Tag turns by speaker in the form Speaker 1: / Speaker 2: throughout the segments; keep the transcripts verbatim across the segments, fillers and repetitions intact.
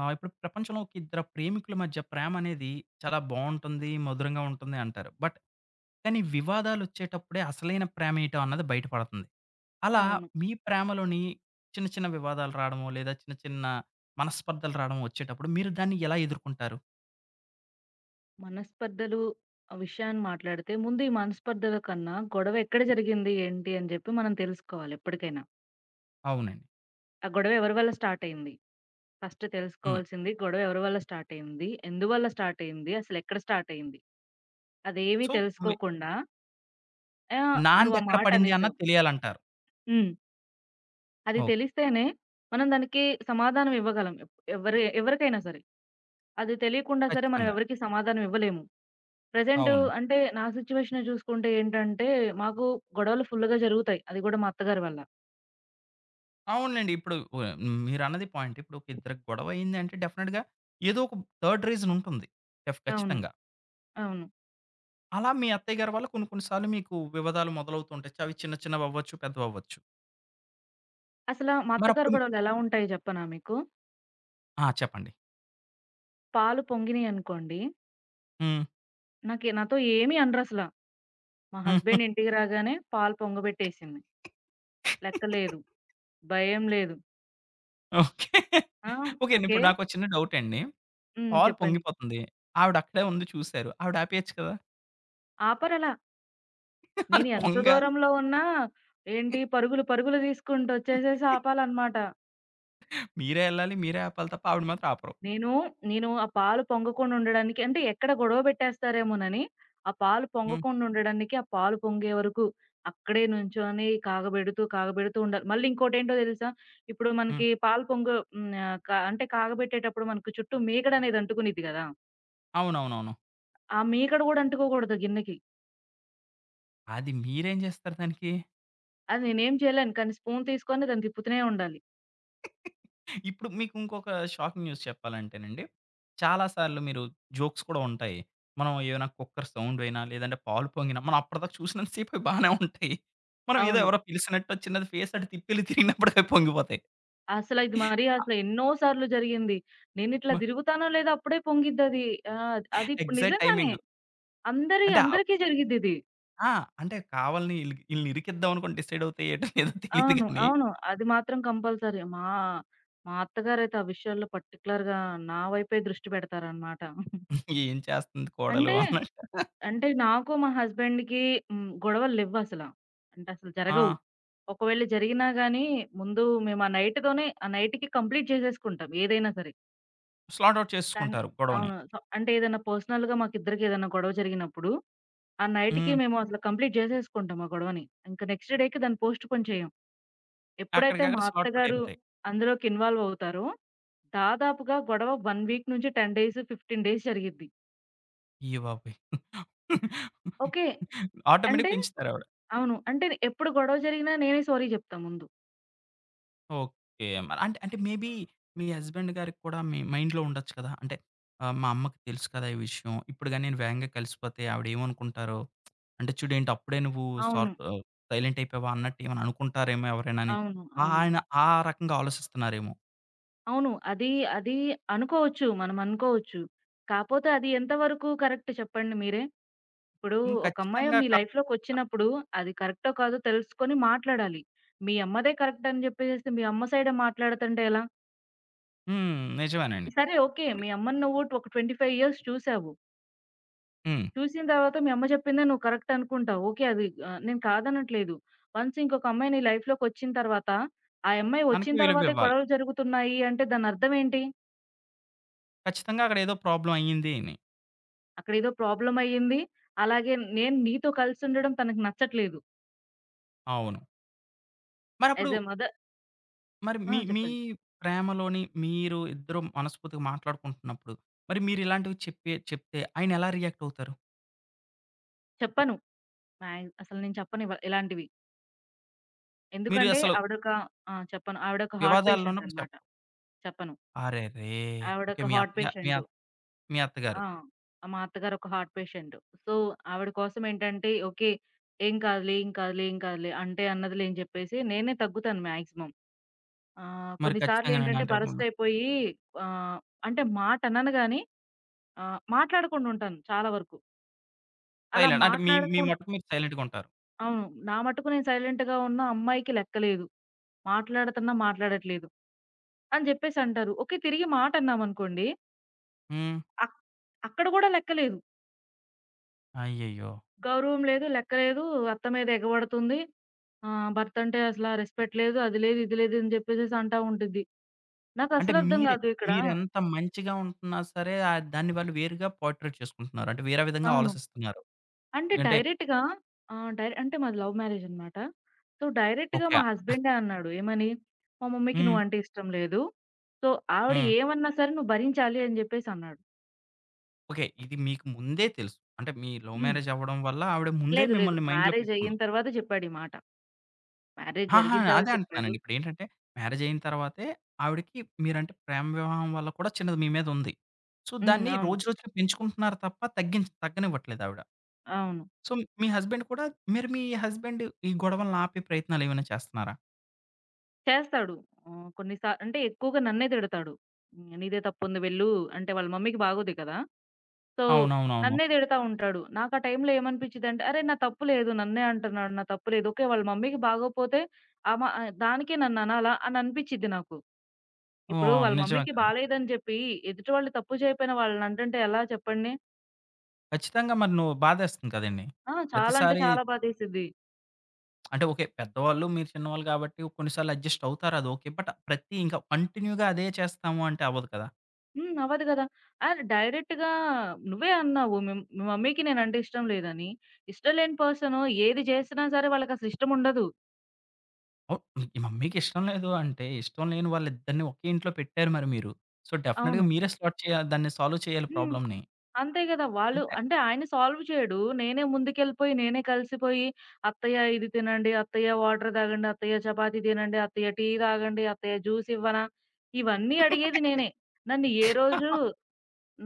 Speaker 1: ఆ! ఇప్పుడు ప్రపంచంలో ఒక ఇద్దరు ప్రేమికుల మధ్య ప్రేమ అనేది చాలా బావుంటుంది, మధురంగా ఉంటుంది అంటారు. బట్ కానీ వివాదాలొచ్చేటప్పుడే అసలైన ప్రేమ ఏటో అన్నది బయటపడుతుంది. అలా
Speaker 2: అవును.
Speaker 1: మీ ప్రేమలోని చిన్న చిన్న వివాదాలు రాడమో, లేదా చిన్న చిన్న మనస్పర్ధలు రాడమో వచ్చేటప్పుడు మీరు దాన్ని ఎలా ఎదుర్కుంటారు?
Speaker 2: మనస్పర్ధలు ఆ విషయాన్ని మాట్లాడితే ముందు ఈ మనస్పర్ధల కన్నా గొడవ ఎక్కడ జరిగింది? ఏంటి? అని జెప్పి మనం తెలుసుకోవాలి ఎప్పటికైనా.
Speaker 1: అవునండి.
Speaker 2: ఆ గొడవ ఎవరి వల్ల స్టార్ట్ అయింది? ఫస్ట్
Speaker 1: హ్మ్.
Speaker 2: తెలుసుకోవాల్సింది గొడవ ఎవరి వల్ల స్టార్ట్ అయింది? ఎందువల్ల స్టార్ట్ అయింది? అసలెక్కడ స్టార్ట్ అయింది? అదేమీ
Speaker 1: సో, మీ
Speaker 2: తెలుసుకోకుండా ఆహ్, నువ్వు
Speaker 1: నాంది
Speaker 2: ఆ
Speaker 1: ఎక్కడ
Speaker 2: మాట
Speaker 1: పడింది
Speaker 2: అనేసావు.
Speaker 1: అన్నది తెలియాలంటారు.
Speaker 2: హ్మ్. అది
Speaker 1: ఓకే.
Speaker 2: తెలిస్తేనే మనం దానికి సమాధానం ఇవ్వగలం. ఎప్ ఎవరి ఎవరికైనా సరే. అది తెలియకుండా సరే మనం
Speaker 1: ఖచ్చితంగా.
Speaker 2: ఎవరికీ సమాధానం ఇవ్వలేము. ప్రెజెంటు
Speaker 1: అవును.
Speaker 2: అంటే నా సిట్యుయేషనే చూసుకుంటే ఏంటంటే, మాకు గొడవలు ఫుల్‌గా జరుగుతాయి. అది గూడా మా అత్తగారి వల్ల.
Speaker 1: అవునులెండి. ఇప్పుడు వ మీరన్నది పాయింట్. ఇప్పుడు ఒక ఇద్దరికి గొడవ అయిందంటే డెఫినిట్‌గా ఏదో ఒక థర్డ్ రీజన్ ఉంటుంది. డెఫ్
Speaker 2: అవును.
Speaker 1: ఖచ్చితంగా.
Speaker 2: అవును.
Speaker 1: అలా మీ అత్తయ్య గారి వల్ల కొన్ని కొన్ని సార్లు మీకు వివాదాలు మొదలవుతూ ఉంటాయి. చవి చిన్న చిన్నవవ్వచ్చు, పెద్దవవ్వచ్చు.
Speaker 2: అసలా మా అత్తగారి
Speaker 1: మరప్పుడు
Speaker 2: గొడవలు ఎలా ఉంటాయో చెప్పనా మీకు?
Speaker 1: ఆ! చెప్పండి.
Speaker 2: పాలు పొంగినియనుకోండి,
Speaker 1: హ్మ్.
Speaker 2: నాకి నాతో ఏమీ అనరసల. మా
Speaker 1: హ్మ్.
Speaker 2: హస్బెండ్ ఇంటికి రాగానే పాలు పొంగబెట్టేసింది. లెక్క లేదు. భయం లేదు.
Speaker 1: ఓకే.
Speaker 2: ఆ!
Speaker 1: ఓకే.
Speaker 2: ఓకే.
Speaker 1: ఇప్పుడు నాకో చిన్న డౌటండి.
Speaker 2: హ్మ్.
Speaker 1: పాలు
Speaker 2: చెప్పండి.
Speaker 1: పొంగిపోతుంది. ఆవిడ అక్కడే ఉంది చూసారు. ఆవిడ ఆపేయొచ్చు కదా!
Speaker 2: ఆపరలా.
Speaker 1: అది
Speaker 2: నేను ఎంత
Speaker 1: పొంగాలి.
Speaker 2: దూరంలో ఉన్నా ఏంటి పరుగులు పరుగులు తీసుకుంటూ వచ్చేసేసి ఆపాలన్నమాట.
Speaker 1: మీరే ఎళ్ళాలి. మీరే ఆపాలి తప్ప ఆవిడ మాత్రం ఆపరు.
Speaker 2: నేను, నేను ఆ పాలు పొంగకుండా ఉండడానికి అంటే ఎక్కడ గొడవ పెట్టేస్తారేమోనని, ఆ పాలు
Speaker 1: హ్మ్.
Speaker 2: పొంగకుండా ఉండడానికి, ఆ పాలు పొంగే వరకు అక్కడే నుంచొని కాగబెడుతూ, కాగబెడుతూ ఉండాలి. మళ్ళీ ఇంకోటేంటో తెలుసా? ఇప్పుడు
Speaker 1: హ్మ్.
Speaker 2: మనకి పాలు పొంగు హ్మ్. ఆహ్, క అంటే కాగబెట్టేటప్పుడు మనకు చుట్టూ మీగడనేది అంటుకునిద్ది గదా!
Speaker 1: అవునవునవును.
Speaker 2: ఆ మీగడ గూడా అంటుకోకూడదు గిన్నెకి.
Speaker 1: అది మీరేం జేస్తారు దానికి?
Speaker 2: అది నేనేం చేయలేను. కానీ స్పూన్ తీసుకొని దాన్ని తిప్పుతూనే ఉండాలి.
Speaker 1: ఇప్పుడు మీకు ఇంకొక షాకింగ్ న్యూస్ చెప్పాలంటేనండి, చాలా సార్లు మీరు జోక్స్ కూడా ఉంటాయి. మనం ఏమైనా కుక్కర్ సౌండ్ అయినా, లేదంటే పాలు పొంగినా, మనం అప్పటిదాకా చూసినంత సేపు అవి బానే ఉంటాయి. మనం ఏదో
Speaker 2: అవును.
Speaker 1: ఎవరో పిలిసినట్టు వచ్చి అది ఫేస్ అటు తిప్పెళ్లి తిరిగినప్పుడు అవి పొంగిపోతాయి.
Speaker 2: అసల ఇది మరీ అసలు ఎన్నో సార్లు జరిగింది. నేనిట్లా
Speaker 1: మ
Speaker 2: తిరుగుతానో లేదో అప్పుడే పొంగిద్దది. ఆ! అది ఇప్పుడు
Speaker 1: ఎగ్జాక్ట్
Speaker 2: నిజంగానే.
Speaker 1: టైమింగ్.
Speaker 2: అందరి
Speaker 1: అంటే ఆవ్
Speaker 2: అందరికీ జరిగిద్దిది.
Speaker 1: ఆ! అంటే కావాలని ఈళ్ళ ఈళ్ళని ఇరికిద్దాం అనుకోని డిసైడ్ అవుతాయి ఏటో లేదో తెలీదు
Speaker 2: అవును.
Speaker 1: గానీ,
Speaker 2: అవును. అది మాత్రం కంపల్సరీ. మా మా అత్తగారైతే ఆ విషయాల్లో పర్టిక్యులర్‌గా నా వైపే దృష్టి పెడతారనమాట.
Speaker 1: ఏం చేస్తుంది కోడలు
Speaker 2: అంటే,
Speaker 1: అన్నట్టు
Speaker 2: అంటే నాకు మా హస్బెండ్‌కి హ్మ్, గొడవల్లేవ్వసల. అంటే అసలు
Speaker 1: ఆ!
Speaker 2: జరగవు. ఒకవేళ జరిగినా గానీ ముందు మేము ఆ నైట్‌తోనే ఆ నైట్‌కి కంప్లీట్ చేసేసుకుంటాం ఏదైనా సరే.
Speaker 1: స్లాట్ ఔట్
Speaker 2: కానీ
Speaker 1: చేసుకుంటారు గొడవని.
Speaker 2: అవును. సో, అంటే ఏదైనా పర్సనల్‌గా మాకిద్దరికి ఏదైనా గొడవ జరిగినప్పుడు, ఆ నైట్‌కి
Speaker 1: హ్మ్.
Speaker 2: మేము అసలు కంప్లీట్ చేసేసుకుంటాం ఆ గొడవని. ఇంక నెక్స్ట్ డేకి దాన్ని పోస్ట్‌పోన్ చేయం. ఎప్పుడైతే
Speaker 1: అక్కడికక్కడ
Speaker 2: మా
Speaker 1: స్లాట్ ఔట్
Speaker 2: అత్తగారు
Speaker 1: అయిపోతాయి.
Speaker 2: అందులోకి ఇన్వాల్వ్ అవుతారో, దాదాపుగా గొడవ ఒక వీక్ నుంచి పది డేస్, పదిహేను డేస్ జరిగిద్ది.
Speaker 1: అయ్య బాబోయ్!
Speaker 2: ఓకే. అంటే
Speaker 1: ఆటోమేటిక్‌గా పెంచుతారావిడ.
Speaker 2: అవును. అంటే ఎప్పుడు గొడవ జరిగినా నేనే సారీ చెప్తా ముందు.
Speaker 1: ఓకే. మరి అంటే, అంటే మే బీ మీ హస్బెండ్ గారికి కూడా మీ మైండ్‌లో ఉండొచ్చు కదా! అంటే ఆహ్, మా అమ్మకి తెలుసు కదా! ఈ విషయం. ఇప్పుడు గాని నేను వేగంగా కలిసిపోతే ఆవిడేమనుకుంటారో? అంటే చూడేంటి అప్పుడే నువ్వు సార్
Speaker 2: అవును.
Speaker 1: ఆహ్, సైలెంట్ అయిపోయావా? అన్నట్టు ఏమైనా అనుకుంటారేమో ఎవరైనా అని.
Speaker 2: అవును. అవును.
Speaker 1: ఆయన ఆ రకంగా ఆలోచిస్తున్నారేమో!
Speaker 2: అవును. అది అది అనుకోవచ్చు. మనం అనుకోవచ్చు. కాపోతే అది ఎంతవరకు కరెక్ట్ చెప్పండి మీరే? ఇప్పుడు
Speaker 1: హ్మ్.
Speaker 2: ఒక అమ్మాయి
Speaker 1: ఖచ్చితంగా
Speaker 2: మీ
Speaker 1: కా
Speaker 2: లైఫ్‌లోకొచ్చినప్పుడు అది కరెక్టో కాదో తెలుసుకొని మాట్లాడాలి. మీ అమ్మదే కరెక్ట్ అని చెప్పేసేసి మీ అమ్మ సైడే మాట్లాడుతంటే ఎలా?
Speaker 1: హ్మ్. నిజమేనండి.
Speaker 2: సరే ఓకే.
Speaker 1: ఇప్పుడు
Speaker 2: మీ అమ్మని నువ్వు ఒక ఇరవై ఐదు ఇయర్స్ చూసావు.
Speaker 1: హ్మ్.
Speaker 2: చూసిన తర్వాత మీ అమ్మ చెప్పిందే నువ్వు కరెక్ట్ అనుకుంటావు. ఓకే. అది ఆహ్, నేను కాదనట్లేదు. వన్స్ ఇంకొక అమ్మాయి నీ లైఫ్‌లోకొచ్చిన తర్వాత, ఆ అమ్మాయి వచ్చిన
Speaker 1: తనకి
Speaker 2: తర్వాతే
Speaker 1: విలువివ్వాలి.
Speaker 2: గొడవలు జరుగుతున్నాయి అంటే దానర్థం ఏంటి?
Speaker 1: ఖచ్చితంగా అక్కడ ఏదో ప్రాబ్లమ్ అయింది అని.
Speaker 2: అక్కడేదో ప్రాబ్లమ్ అయ్యింది. అలాగే నేను నీతో కలిసుండడం తనకు నచ్చట్లేదు.
Speaker 1: అవును. మరప్పుడు
Speaker 2: యాస్ ఎ మదర్.
Speaker 1: మరి
Speaker 2: ఆ!
Speaker 1: మీ మీ
Speaker 2: చెప్పండి.
Speaker 1: ప్రేమలోని మీరు ఇద్దరు మనస్ఫూర్తిగా మాట్లాడుకుంటున్నప్పుడు, మరి మీరిలాంటివి చెప్పి చెప్తే ఆయనెలా రియాక్ట్ అవుతారు?
Speaker 2: చెప్పను. మ్యాగ్ అసలు నేను చెప్పను ఇవ ఇలాంటివి.
Speaker 1: మీరు
Speaker 2: ఎందుకంటే
Speaker 1: అసలు
Speaker 2: ఆవిడొక ఆ! చెప్పను. ఆవిడొక హార్ట్
Speaker 1: వివాదాల్లో
Speaker 2: పేషెంట్
Speaker 1: ఉన్నప్పుడు
Speaker 2: అనమాట.
Speaker 1: చెప్పరు.
Speaker 2: చెప్పను.
Speaker 1: అరెరే! ఓకే.
Speaker 2: ఆవిడొక
Speaker 1: మీ
Speaker 2: హార్ట్
Speaker 1: అత్తగా మీ
Speaker 2: పేషెంట్.
Speaker 1: అత్ మీ అత్తగారు.
Speaker 2: ఆ! మా అత్తగారు ఒక హార్ట్ పేషెంట్. సో, ఆవిడ కోసం ఏంటంటే, ఓకే. "ఏం కాదులే, ఏం కాదులే, ఏం కాదులే" అంటే అన్నదిలే అని చెప్పేసి నేనే తగ్గుతాను మాక్సిమం. ఆహ్,
Speaker 1: మరి
Speaker 2: కొన్నిసార్లు
Speaker 1: ఖచ్చితంగానండి
Speaker 2: ఏంటంటే
Speaker 1: అంటే
Speaker 2: బరస్ట్ అయిపోయి ఆహ్, అంటే మాట అనను గాని ఆహ్, మాట్లాడకుండా ఉంటాను చాలా వరకు. అలా
Speaker 1: సైలెంట్. అంటే మీ మీ
Speaker 2: మాట్లాడకుం
Speaker 1: మటుకు మీరు సైలెంట్‌గుంటారు.
Speaker 2: అవును. నా మటుకు నేను సైలెంట్‌గా ఉన్న అమ్మాయికి లెక్కలేదు. మాట్లాడుతున్నా మాట్లాడట్లేదు అని చెప్పేసి అంటారు. ఓకే. తిరిగి మాట అన్నామనుకోండి
Speaker 1: హ్మ్.
Speaker 2: అక్ అక్కడ కూడా లెక్కలేదు.
Speaker 1: అయ్యయ్యో!
Speaker 2: గౌరవం లేదు, లెక్కలేదు, అత్త మీద ఎగబడుతుంది. ఆ! భర్త అంటే అసల రెస్పెక్ట్ లేదు. అది లేదు, ఇది లేదు అని చెప్పేసేసి అంటా ఉండిద్ది.
Speaker 1: అంటే
Speaker 2: నాకస్సలు అర్థం
Speaker 1: మీరే
Speaker 2: కాదు ఇక్కడ.
Speaker 1: మీరెంత మంచిగా ఉంటున్నా సరే ఆహ్, దాన్ని వాళ్ళు వేరుగా పోర్ట్రేట్ చేసుకుంటున్నారు. అంటే వేరే విధంగా
Speaker 2: అవును.
Speaker 1: ఆలోచిస్తున్నారు.
Speaker 2: అంటే
Speaker 1: అంటే
Speaker 2: డైరెక్ట్‌గా ఆహ్, డైర్ అంటే మాది లవ్ మ్యారేజ్ అన్నమాట. సో, డైరెక్ట్‌గా
Speaker 1: ఓకే.
Speaker 2: మా హస్బెండే అన్నాడు. ఏమని? "మా మమ్మీకి
Speaker 1: హ్మ్.
Speaker 2: నువ్వంటే ఇష్టం లేదు. సో, ఆవిడ
Speaker 1: హ్మ్.
Speaker 2: ఏమన్నా సరే నువ్వు భరించాలి" అని చెప్పేసి అన్నాడు.
Speaker 1: ఓకే. ఇది మీకు ముందే తెలుసు. అంటే మీ లవ్
Speaker 2: హ్మ్.
Speaker 1: మ్యారేజ్ అవ్వడం వల్ల ఆవిడ ముందే
Speaker 2: లేదు, లేదు.
Speaker 1: మిమ్మల్ని మైండ్‌లో
Speaker 2: మ్యారేజ్ అయిన
Speaker 1: పెట్టుకున్నారు.
Speaker 2: తర్వాత చెప్పాడు ఈ మాట. మ్యారేజ్
Speaker 1: ఆహా!
Speaker 2: జరిగిన తర్వాత
Speaker 1: అదే
Speaker 2: చెప్పాడు.
Speaker 1: అంటున్నానండి. ఇప్పుడేంటంటే మ్యారేజ్ అయిన తర్వాతే ఆవిడకి మీరంటే ప్రేమ వివాహం వల్ల కూడా చిన్నది మీ మీద ఉంది. సో,
Speaker 2: హ్మ్.
Speaker 1: దాన్ని
Speaker 2: అవును.
Speaker 1: రోజు రోజుకి పెంచుకుంటున్నారు తప్ప తగ్గించ తగ్గనివ్వట్లేదు ఆవిడ.
Speaker 2: అవును.
Speaker 1: సో, మీ హస్బెండ్ కూడా మీరు మీ హస్బెండ్ ఈ గొడవలను ఆపే ప్రయత్నాలు ఏమైనా చేస్తున్నారా?
Speaker 2: చేస్తాడు. ఆహ్, కొన్ని సా అంటే ఎక్కువగా నన్నే తిడతాడు. "నీదే తప్పుంది వెళ్ళు" అంటే వాళ్ళ మమ్మీకి బాగోదు కదా! సో,
Speaker 1: అవునవునవును.
Speaker 2: నన్నే తిడతా ఉంటాడు. నాకా టైంలో ఏమనిపించిదంటే, అరె! నా తప్పు లేదు. నన్నే అంటున్నాడు. నా తప్పు లేదు. ఓకే. వాళ్ళ మమ్మీకి బాగోపోతే ఆమ ఆహ్, దానికే నన్ననాలా అని అనిపిచ్చిద్ది నాకు. ఇప్పుడు
Speaker 1: ఓహ్!
Speaker 2: వాళ్ళ
Speaker 1: నిజమే
Speaker 2: మమ్మీకి
Speaker 1: కదండీ.
Speaker 2: బాలేదని చెప్పి ఎదుటి వాళ్ళు తప్పు చేయకపోయినా వాళ్ళనంటుంటే ఎలా చెప్పండి?
Speaker 1: ఖచ్చితంగా మరి నువ్వు బాధేస్తుంది కదండీ!
Speaker 2: ఆ! చాలా అంటే
Speaker 1: ప్రతిసారి
Speaker 2: చాలా బాధేసిద్ది.
Speaker 1: అంటే ఓకే. పెద్దవాళ్ళు, మీరు చిన్నవాళ్ళు కాబట్టి కొన్నిసార్లు అడ్జస్ట్ అవుతారు. అది ఓకే. బట్ ప్రతి ఇంకా కంటిన్యూగా అదే చేస్తాము అంటే అవ్వదు కదా!
Speaker 2: హ్మ్. అవ్వదు కదా! అండ్ డైరెక్ట్‌గా నువ్వే అన్నావు. మీ మీ మమ్మీకి నేనంటే ఇష్టం లేదని. ఇష్టం లేని పర్సను ఏది చేసినా సరే వాళ్ళకసలు ఇష్టముండదు.
Speaker 1: అవును. మీ మమ్మీకి ఇష్టం లేదు అంటే, ఇష్టం లేని వాళ్ళిద్దరిని ఒకే ఇంట్లో పెట్టారు మరి మీరు. సో, డెఫినెట్‌గా
Speaker 2: అవును.
Speaker 1: మీరే సార్ట్ చేయాలి. దాన్ని సాల్వ్ చేయాలి
Speaker 2: హ్మ్.
Speaker 1: ప్రాబ్లమ్‌ని.
Speaker 2: అంతే గదా! వాళ్ళు
Speaker 1: అంతే.
Speaker 2: అంటే ఆయన సాల్వ్ చేయడు. నేనే ముందుకెళ్ళిపోయి, నేనే కలిసిపోయి, "అత్తయ్య ఇది తినండి, అత్తయ్య వాటర్ తాగండి, అత్తయ్య చపాతీ తినండి, అత్తయ్య టీ తాగండి, అత్తయ్య జ్యూస్ ఇవ్వనా?" ఇవన్నీ అడిగేది నేనే. నన్ను ఏ రోజు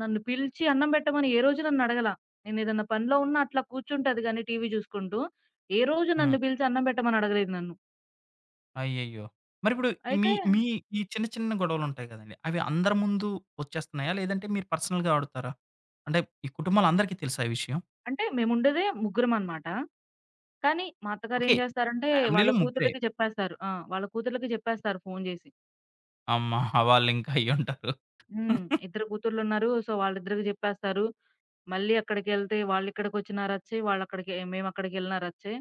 Speaker 2: నన్ను పిలిచి అన్నం పెట్టమని ఏ రోజు నన్ను అడగల. నేనేదన్నా పనిలో ఉన్నా అట్లా కూర్చుంటది గానీ టీవీ చూసుకుంటూ. ఏ రోజు
Speaker 1: హ్మ్.
Speaker 2: నన్ను పిలిచి అన్నం పెట్టమని అడగలేదు నన్ను.
Speaker 1: అయ్యయ్యో! మరిప్పుడు
Speaker 2: అయితే
Speaker 1: మీ మీ ఈ చిన్న చిన్న గొడవలుంటాయి కదండీ! అవి అందరి ముందు వచ్చేస్తున్నాయా? లేదంటే మీరు పర్సనల్‌గా ఆడుతారా? అంటే ఈ కుటుంబాలందరికీ తెలుసా ఈ విషయం?
Speaker 2: అంటే మేముండేదే ముగ్గురమనమాట. కానీ మా అత్తగారేం
Speaker 1: ఓకే.
Speaker 2: జేస్తారంటే వాళ్ళ
Speaker 1: ఫ్యామిలీలో ముగ్గురే.
Speaker 2: కూతుర్లకి చెప్పేస్తారు. ఆ! వాళ్ళ కూతుర్లకి చెప్పేస్తారు ఫోను జేసి.
Speaker 1: అమ్మ! వాళ్ళింకా అయ్యుంటారు.
Speaker 2: హ్మ్. ఇద్దరు కూతుర్లున్నారు. సో, వాళ్ళిద్దరికి జెప్పేస్తారు. మళ్ళీ అక్కడికెళ్తే వాళ్ళిక్కడికొచ్చినా రచ్చే, వాళ్ళక్కడికి మేమక్కడికెళ్ళినా రచ్చే.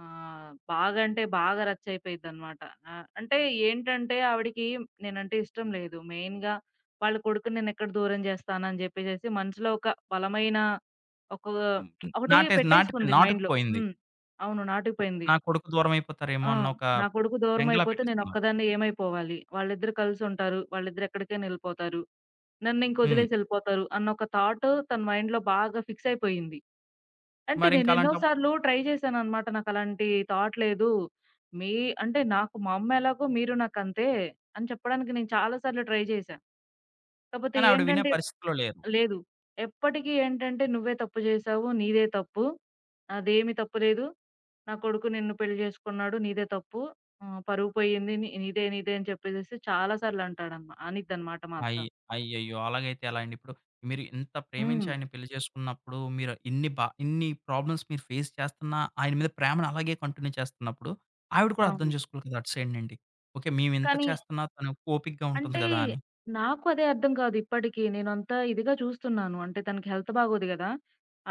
Speaker 2: ఆహ్, బాగా అంటే బాగా రచ్చయిపోయిద్దనమాట. ఆహ్, అంటే ఏంటంటే ఆవిడకి నేనంటే ఇష్టం లేదు. మెయిన్‌గా వాళ్ళ కొడుకుని నేనెక్కడ దూరం జేస్తానని జెప్పేసేసి మనసులో ఒక బలమైన ఒక
Speaker 1: హ్మ్. హ్మ్.
Speaker 2: ఒకటి
Speaker 1: నాటేసి నాటిపోయింది.
Speaker 2: పెట్టేసుకుంది మైండ్‌లో.
Speaker 1: నాటుకుపోయింది.
Speaker 2: హ్మ్. అవును. నాటుకుపోయింది.
Speaker 1: నా కొడుకు దూరం అయిపోతారేమో
Speaker 2: ఆ!
Speaker 1: అన్న ఒక
Speaker 2: నా కొడుకు
Speaker 1: బెంగలా
Speaker 2: దూరమైపోతే
Speaker 1: పెట్టేసుకున్నారు.
Speaker 2: నేనొక్కదాన్నే ఏమైపోవాలి? వాళ్ళిద్దరు కలిసుంటారు. వాళ్ళిద్దరు ఎక్కడికైనా ఎళ్ళిపోతారు.
Speaker 1: హ్మ్.
Speaker 2: నన్నింకొదిలేసి ఎళ్ళిపోతారు అన్న ఒక థాట్ తన మైండ్‌లో బాగా ఫిక్స్ అయిపోయింది. అంటే
Speaker 1: మరింక
Speaker 2: నేనెన్నో
Speaker 1: అలాంటప్పుడు
Speaker 2: సార్లు ట్రై చేశాననమాట. నాకలాంటి థాట్ లేదు. మీ అంటే నాకు మా అమ్మ ఎలాగో మీరు నాకంతే అని చెప్పడానికి నేను చాలా సార్లు ట్రై చేశా. కాపోతే
Speaker 1: కానీ ఆవిడ వినే
Speaker 2: ఏంటంటే
Speaker 1: పరిస్థితిలో లేరు.
Speaker 2: లేదు. ఎప్పటికి ఏంటంటే నువ్వే తప్పు చేశావు. నీదే తప్పు. నాదేమి తప్పు లేదు. నా కొడుకు నిన్ను పెళ్లి చేసుకున్నాడు. నీదే తప్పు. ఆహ్, పరువు పోయింది. నీ నీదే నీదే అని చెప్పేసేసి చాలా సార్లు అంటాడనమా అనిద్దనమాట మా అత్త.
Speaker 1: అయ్ అయ్యయ్యో! అలాగైతే ఎలా అండి? ఇప్పుడు మీరు ఇంత ప్రేమించి
Speaker 2: హ్మ్.
Speaker 1: ఆయన్ని పెళ్లి చేసుకున్నప్పుడు మీరు ఇన్ని బా ఇన్ని ప్రాబ్లమ్స్ మీరు ఫేస్ చేస్తున్నా ఆయన మీద ప్రేమను అలాగే కంటిన్యూ చేస్తున్నప్పుడు ఆవిడ కూడా అర్థం
Speaker 2: అవును.
Speaker 1: చేసుకోవాలి కదా! అటు సైడ్ నుండి. ఓకే. మేమింత
Speaker 2: కానీ
Speaker 1: చేస్తున్నా తను ఓపికగా ఉంటుంది
Speaker 2: అంటే
Speaker 1: కదా! అని.
Speaker 2: నాకు అదే అర్థం కాదు ఇప్పటికి. నేనంత ఇదిగా చూస్తున్నాను. అంటే తనకి హెల్త్ బాగోదు గదా!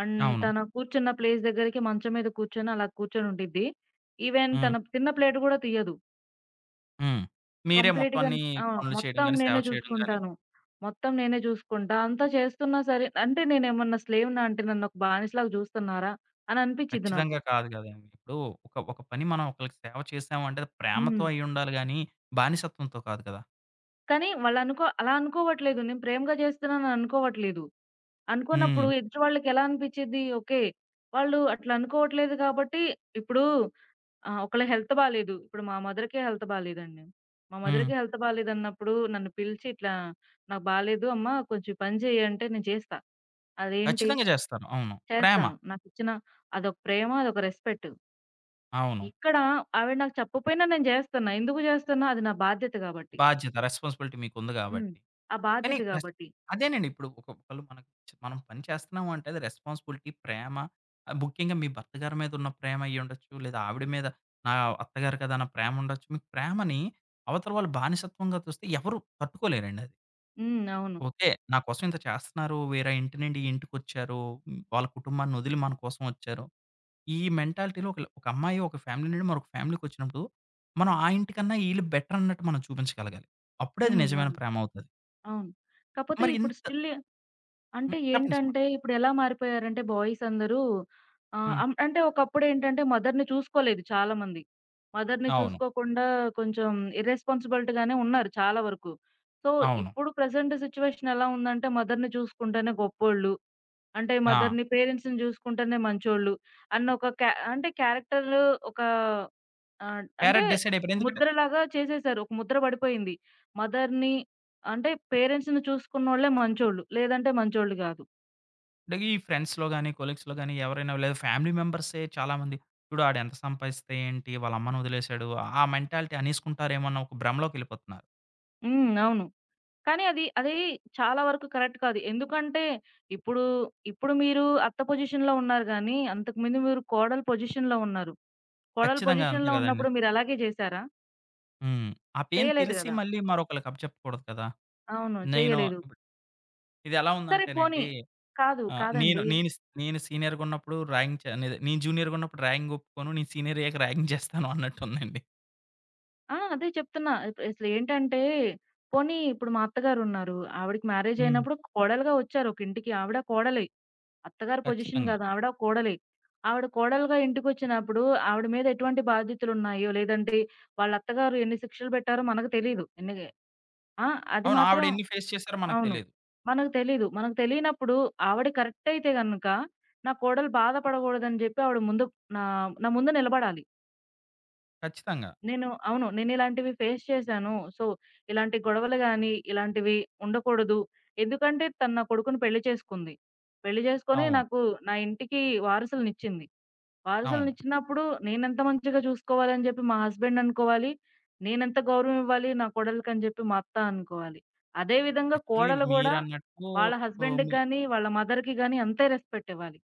Speaker 2: అండ్
Speaker 1: అవును.
Speaker 2: తన కూర్చున్న ప్లేస్ దగ్గరికి మంచం మీద కూర్చొని అలా కూర్చొని ఉండిద్ది. ఈవెన్
Speaker 1: హ్మ్.
Speaker 2: తన తిన్న ప్లేట్ గూడా తీయదు.
Speaker 1: హ్మ్. మీరే మొత్తం
Speaker 2: కంప్లీట్‌గా
Speaker 1: అన్ని
Speaker 2: అవును.
Speaker 1: పనులు చేయడం
Speaker 2: మొత్తం
Speaker 1: గాని, సేవ
Speaker 2: నేనే
Speaker 1: చేయడం గాని
Speaker 2: చూసుకుంటాను. మొత్తం నేనే చూసుకుంటా. అంతా చేస్తున్నా సరే అంటే నేనేమన్నా స్లేవ్‌నా అంటే నన్నొక బానిసలాగా చూస్తున్నారా? అని అనిపిచ్చిద్ది నాకు.
Speaker 1: ఖచ్చితంగా కాదు కదండీ! ఇప్పుడు ఒక, ఒక పని మనం ఒకళ్ళకి సేవ చేసామంటే అది ప్రేమతో
Speaker 2: హ్మ్.
Speaker 1: అయ్యుండాలి గానీ, బానిసత్వంతో కాదు కదా!
Speaker 2: కానీ వాళ్ళనుకో అలా అనుకోవట్లేదు. నేను ప్రేమగా చేస్తున్నాను అని అనుకోవట్లేదు. అనుకోనప్పుడు
Speaker 1: హ్మ్.
Speaker 2: ఎదుటి వాళ్ళకెలా అనిపిచ్చిద్ది? ఓకే. వాళ్ళు అట్లా అనుకోవట్లేదు కాబట్టి ఇప్పుడు ఆహ్, ఒకళ్ళ హెల్త్ బాలేదు. ఇప్పుడు మా మదర్‌కే హెల్త్ బాలేదండి. మా
Speaker 1: హ్మ్.
Speaker 2: మదర్‌కి హెల్త్ బాలేదన్నప్పుడు నన్ను పిలిచి ఇట్లా నాకు బాలేదు అమ్మా కొంచెం ఈ పని చెయ్యి అంటే నేను చేస్తా. అదేంటి?
Speaker 1: ఖచ్చితంగా చేస్తారు. అవును. ప్రేమ.
Speaker 2: చేస్తాను. నాకిచ్చిన అదొక ప్రేమ, అదొక రెస్పెక్ట్.
Speaker 1: అవును.
Speaker 2: ఇక్కడ ఆవిడ నాకు చెప్పపోయినా నేను జేస్తున్నా. ఎందుకు జేస్తున్నా? అది నా బాధ్యత గాబట్టి.
Speaker 1: బాధ్యత, రెస్పాన్సిబిలిటీ మీకుంది
Speaker 2: హ్మ్.
Speaker 1: గాబట్టి.
Speaker 2: ఆ
Speaker 1: కానీ
Speaker 2: బాధ్యత
Speaker 1: రెస్
Speaker 2: గాబట్టి.
Speaker 1: అదేనండి. ఇప్పుడు ఒక ఒకళ్ళు మనకు చ- మనం పని చేస్తున్నాము అంటే అది రెస్పాన్సిబిలిటీ, ప్రేమ, ఆహ్, ముఖ్యంగా మీ భర్త గారి మీదున్న ప్రేమ అయ్యుండొచ్చు. లేదా ఆవిడ మీద నా అత్తగారు కదా! అన్న ప్రేమ ఉండొచ్చు. మీకు ప్రేమని అవతల వాళ్ళు బానిసత్వంగా చూస్తే ఎవరు తట్టుకోలేరండి అది.
Speaker 2: హ్మ్. అవును.
Speaker 1: ఓకే. నా కోసం ఇంత చేస్తున్నారు. వేరే ఇంటి నుండి ఈ ఇంటికొచ్చారు. హ్మ్. వాళ్ళ కుటుంబాన్నొదిలి మన కోసం వచ్చారు. ఈ మెంటాలిటీలో ఒకళ్ ఒక అమ్మాయి ఒక ఫ్యామిలీ నుండి మరొక ఫ్యామిలీకొచ్చినప్పుడు, మనం ఆ ఇంటికన్నా ఈళ్ళు బెటర్ అన్నట్టు మనం చూపించగలగాలి. అప్పుడే అది
Speaker 2: హ్మ్.
Speaker 1: నిజమైన
Speaker 2: అవును.
Speaker 1: ప్రేమవుతది.
Speaker 2: అవును. కాపోతే
Speaker 1: మరి
Speaker 2: ఇప్పుడు
Speaker 1: ఇంత
Speaker 2: స్టిల్ అంటే
Speaker 1: హ్మ్. చెప్పండి. చెప్పండి.
Speaker 2: ఏంటంటే ఇప్పుడెలా మారిపోయారంటే బాయ్స్ అందరూ ఆహ్,
Speaker 1: హ్మ్.
Speaker 2: అం అంటే ఒకప్పుడేంటంటే మదర్‌ని చూసుకోలేదు చాలా మంది. మదర్‌ని
Speaker 1: అవును.
Speaker 2: చూసుకోకుండా కొంచెం ఇర్రెస్పాన్సిబిలిటీ‌గానే ఉన్నారు చాలా వరకు. సో,
Speaker 1: అవును.
Speaker 2: ఇప్పుడు ప్రెజెంట్ సిట్యుయేషన్ ఎలా ఉందంటే మదర్‌ని చూసుకుంటేనే గొప్పోళ్ళు. అంటే
Speaker 1: ఆ!
Speaker 2: మదర్‌ని, పేరెంట్స్‌ని జూసుకుంటేనే మంచోళ్ళు అన్న ఒక క్యా అంటే క్యారెక్టర్ ఒక ఆహ్, అంటే
Speaker 1: క్యారెట్ డిసైడ్ అయిపోయారు. ఎందుకంటే,
Speaker 2: ముద్రలాగా చేసేసారు. ఒక ముద్ర పడిపోయింది. మదర్‌ని అంటే పేరెంట్స్‌ని చూసుకున్నోళ్ళే మంచోళ్ళు. లేదంటే మంచోళ్ళు గాదు.
Speaker 1: ఇలాగ ఈ ఫ్రెండ్స్‌లో గాని, కొలీగ్స్‌లో గాని ఎవరైనా లేదా ఫ్యామిలీ మెంబర్సే చాలామంది చూడు ఆడెంత సంపాదిస్తే ఏంటి? వాళ్ళ అమ్మనొదిలేసాడు. ఆ మెంటాలిటీ అనేసుకుంటారేమో అన్న ఒక భ్రమలోకెళ్ళిపోతున్నారు.
Speaker 2: హ్మ్. అవును. కానీ అది, అది చాలా వరకు కరెక్ట్ కాదు. ఎందుకంటే ఇప్పుడు, ఇప్పుడు మీరు అత్త పొజిషన్‌లో ఉన్నారు గానీ, అంతకుముందు మీరు కోడలు పొజిషన్‌లో ఉన్నారు. కోడలు
Speaker 1: ఖచ్చితంగా అంతే
Speaker 2: పొజిషన్‌లో
Speaker 1: గదండీ!
Speaker 2: ఉన్నప్పుడు మీరు అలాగే జేసారా?
Speaker 1: హ్మ్. ఆ పెయిన్
Speaker 2: చేయలేదు
Speaker 1: తెలిసి
Speaker 2: గదా!
Speaker 1: మళ్ళీ మరొకళ్ళకి అప్పచెప్పకూడదు కదా!
Speaker 2: అవును.
Speaker 1: నేను
Speaker 2: చేయలేదు.
Speaker 1: ఇప్పుడు ఇదెలా
Speaker 2: సరే పోనీ
Speaker 1: ఉందంటేనండి
Speaker 2: కాదు.
Speaker 1: ఆహ్, నేను
Speaker 2: కాదండి.
Speaker 1: నేను నేను సీనియర్‌గున్నప్పుడు ర్యాగింగ్ చే నేదే నేను జూనియర్‌గున్నప్పుడు ర్యాగింగ్ ఒప్పుకోను. నేను సీనియర్ అయ్యాక ర్యాగింగ్ చేస్తాను అన్నట్టుందండి.
Speaker 2: ఆ! అదే చెప్తున్నా. ఇప్ అసలేంటంటే పోనీ ఇప్పుడు మా అత్తగారున్నారు. ఆవిడకి మ్యారేజ్
Speaker 1: హ్మ్.
Speaker 2: అయినప్పుడు కోడలుగా వచ్చారు ఒక ఇంటికి. ఆవిడ కోడలే. అత్తగారి పొజిషన్
Speaker 1: ఖచ్చితంగా.
Speaker 2: గాదు. ఆవిడ కోడలే. ఆవిడ కోడలుగా ఇంటికొచ్చినప్పుడు ఆవిడ మీద ఎటువంటి బాధ్యతలున్నాయో, లేదంటే వాళ్ళ అత్తగారు ఎన్ని శిక్షలు పెట్టారో మనకు తెలీదు. ఎన్ని ఆ! అది
Speaker 1: అవును. ఆవిడ
Speaker 2: మాత్రం
Speaker 1: ఎన్ని ఫేస్ చేసారో మనకు
Speaker 2: అవును.
Speaker 1: తెలీదు.
Speaker 2: మనకు తెలీదు. మనకు తెలియనప్పుడు ఆవిడ కరెక్ట్ అయితే గనక, నా కోడలు బాధపడగూడదని జెప్పి ఆవిడ ముందు నా నా ముందు నిలబడాలి.
Speaker 1: ఖచ్చితంగా.
Speaker 2: నేను అవును. నేనిలాంటివి ఫేస్ చేశాను. సో, ఇలాంటి గొడవలు గాని, ఇలాంటివి ఉండకూడదు. ఎందుకంటే తను నా కొడుకుని పెళ్లి చేసుకుంది. పెళ్లి చేసుకొని
Speaker 1: అవును.
Speaker 2: నాకు నా ఇంటికి వారసులనిచ్చింది.
Speaker 1: అవును.
Speaker 2: వారసులనిచ్చినప్పుడు నేనెంత మంచిగా చూసుకోవాలని చెప్పి మా హస్బెండ్ అనుకోవాలి. నేనెంత గౌరవం ఇవ్వాలి నా కోడలికని చెప్పి మా అత్త అనుకోవాలి. అదే విధంగా
Speaker 1: యాక్చువల్లీ
Speaker 2: కోడలు గూడా
Speaker 1: మీరన్నట్టు
Speaker 2: వాళ్ళ హస్బెండ్‌కి
Speaker 1: ఓహ్!
Speaker 2: గాని, వాళ్ళ మదర్‌కి గాని అంతే రెస్పెక్ట్ ఇవ్వాలి.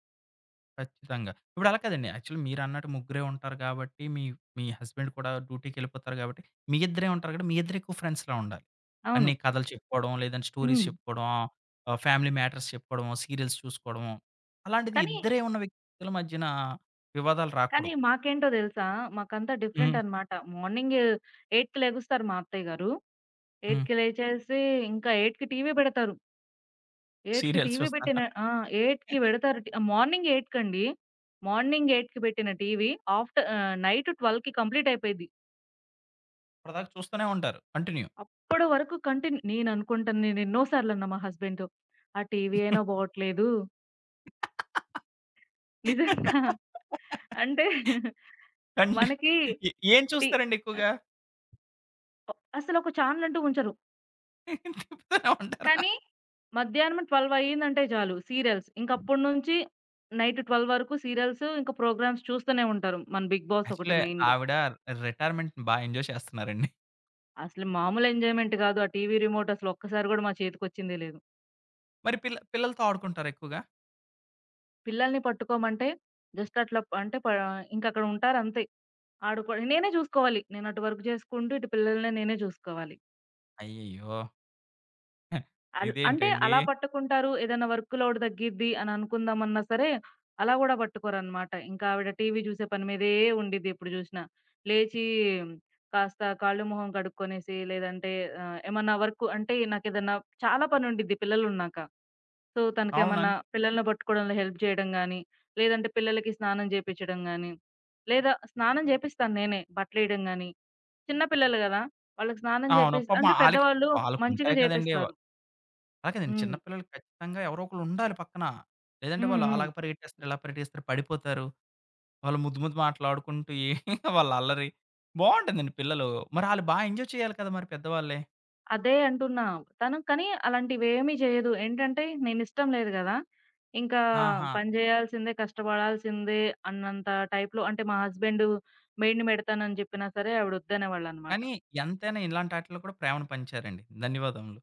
Speaker 1: ఖచ్చితంగా. ఇప్పుడలా కాదండి. యాక్చువల్లీ మీరన్నట్టు ముగ్గురే ఉంటారు కాబట్టి, మీ మీ హస్బెండ్ కూడా డ్యూటీకెళ్ళిపోతారు కాబట్టి, మీ ఇద్దరే ఉంటారు కాబట్టి, మీ ఇద్దరు ఎక్కువ ఫ్రెండ్స్‌లా ఉండాలి.
Speaker 2: అవును.
Speaker 1: అన్ని కథలు చెప్పుకోవడం, లేదంటే స్టోరీస్
Speaker 2: హ్మ్.
Speaker 1: చెప్పుకోవడం, ఆహ్, ఫ్యామిలీ మ్యాటర్స్ చెప్పుకోవడం, సీరియల్స్ చూసుకోవడం. అలాంటిది
Speaker 2: కానీ
Speaker 1: ఇద్దరే ఉన్న వ్యక్తుల మధ్యన వివాదాలు
Speaker 2: కానీ
Speaker 1: రాకూడదు.
Speaker 2: మాకేంటో తెలుసా? మాకంతా డిఫరెంట్
Speaker 1: హ్మ్.
Speaker 2: అన్నమాట. మార్నింగ్ ఎనిమిదికి లెగుస్తారు మా అత్తయ్య గారు.
Speaker 1: హ్మ్.
Speaker 2: ఎనిమిదికి లేచేసి ఇంకా ఎనిమిదికి టీవీ పెడతారు. 8కి
Speaker 1: సీరియల్స్
Speaker 2: టీవీ
Speaker 1: చూస్తారా?
Speaker 2: పెట్టిన ఆ! ఎనిమిదికి పెడతారు టి మార్నింగ్ ఎనిమిదికండి. మార్నింగ్ 8కి పెట్టిన టీవీ ఆఫ్టర్ ఆహ్, నైట్ పన్నెండుకి కంప్లీట్ అయిపోయిద్ది.
Speaker 1: ఇప్పటిదాకా చూస్తూనే ఉంటారు. కంటిన్యూ.
Speaker 2: అప్పటి వరకు కంటిన్యూ నేను అనుకుంటాను నేను ఎన్నో సార్లు అన్నా మా హస్బెండ్‌తో, "ఆ టీవీ అయినా బాగోట్లేదు." నిజంగా. అంటే
Speaker 1: కంటి
Speaker 2: మనకి
Speaker 1: ఎ ఏం
Speaker 2: టి
Speaker 1: చూస్తారండి
Speaker 2: ఆహ్,
Speaker 1: ఎక్కువగా?
Speaker 2: అసలు ఒక ఛానెల్ అంటూ ఉంచరు.
Speaker 1: తిప్పుతూనే ఉంటారా?
Speaker 2: కానీ మధ్యాహ్నం పన్నెండు అయిందంటే చాలు సీరియల్స్. ఇంకప్పటి నుంచి నైట్ పన్నెండు వరకు సీరియల్స్, ఇంకా ప్రోగ్రామ్స్ చూస్తూనే ఉంటారు. మన 'బిగ్ బాస్' ఒకటి
Speaker 1: యాక్చువల్లీ
Speaker 2: మెయిన్‌గా.
Speaker 1: ఆవిడ రిటైర్మెంట్‌ని బా ఎంజాయ్ చేస్తున్నారండి.
Speaker 2: అసలు మామూలు ఎంజాయ్‌మెంట్ కాదు. ఆ టీవీ రిమోట్ అసలు ఒక్కసారి గూడా మా చేతికొచ్చిందే లేదు.
Speaker 1: మరి పిల్ల పిల్లలతో ఆడుకుంటారా ఎక్కువగా?
Speaker 2: పిల్లల్ని పట్టుకోమంటే జస్ట్ అట్లా ప- అంటే ప ఇంకక్కడ ఉంటారంతే. ఆడుకో నేనే చూసుకోవాలి. నేను అటు వర్క్ చేసుకుంటూ, ఇటు పిల్లల్ని నేనే చూసుకోవాలి.
Speaker 1: అయ్యయ్యో!
Speaker 2: అల్ అంటే
Speaker 1: ఇదేంటండి?
Speaker 2: అలా పట్టుకుంటారు. ఏదైనా వర్క్ లోడ్ తగ్గిద్ది అని అనుకుందామన్నా సరే, అలా గూడా పట్టుకోరనమాట. ఇంకా ఆవిడ టీవీ చూసే పని మీదే ఉండిద్ది ఎప్పుడు జూసినా. లేచి కాస్త కాళ్ళు, మొహం కడుక్కొనేసి లేదంటే ఆహ్, ఏమన్నా వర్క్ అంటే నాకేదన్నా చాలా పనుండిద్ది పిల్లలున్నాక. సో,
Speaker 1: అవును.
Speaker 2: తనకేమన్నా
Speaker 1: అంతే.
Speaker 2: పిల్లల్ని పట్టుకోవడంలో హెల్ప్ చేయడం గానీ, లేదంటే పిల్లలకి స్నానం జేపిచ్చడం గానీ, లేదా స్నానం జేపిస్తాను నేనే బట్టలేయడం గానీ. చిన్న పిల్లలు గదా! వాళ్ళకి స్నానం
Speaker 1: అవును.
Speaker 2: జేపిస్
Speaker 1: పాపం
Speaker 2: అంటే
Speaker 1: ఆళ్ళకి
Speaker 2: పెద్దవాళ్ళు మంచిగా
Speaker 1: వాళ్ళకుంటాయి కదండీ!
Speaker 2: జేపిస్తారు.
Speaker 1: అలా కాదండి, చిన్న
Speaker 2: హ్మ్.
Speaker 1: పిల్లలకి ఖచ్చితంగా ఎవరో ఒకళ్ళు ఉండాలి పక్కన. లేదంటే
Speaker 2: హ్మ్.
Speaker 1: వాళ్ళు
Speaker 2: హ్మ్.
Speaker 1: అలాగ పరిగెట్టేస్తారు, ఇలా పరిగెట్టేస్తారు, పడిపోతారు. వాళ్ళు ముద్దు ముద్దు మాటలాడుకుంటూ ఏ వాళ్ళ అల్లరి. బావుంటుందండి పిల్లలు. మరి ఆళ్ళు బా ఎంజాయ్ చేయాలి కదా! మరి పెద్దవాళ్ళే.
Speaker 2: అదే అంటున్నా. తను కానీ అలాంటివేమీ జేయదు. ఏంటంటే నేనిష్టం లేదు గదా! ఇంకా
Speaker 1: ఆహా!
Speaker 2: పని జేయాల్సిందే, కష్టపడాల్సిందే అన్నంత టైప్‌లో అంటే మా హస్బెండు మెయిడ్‌ని బెడతానని జెప్పినా సరే ఆవిడొద్దనేవాళ్ళనమాట.
Speaker 1: కానీ ఎంతైనా ఇలాంటాటిల్లో కూడా ప్రేమను పంచారండి. ధన్యవాదములు.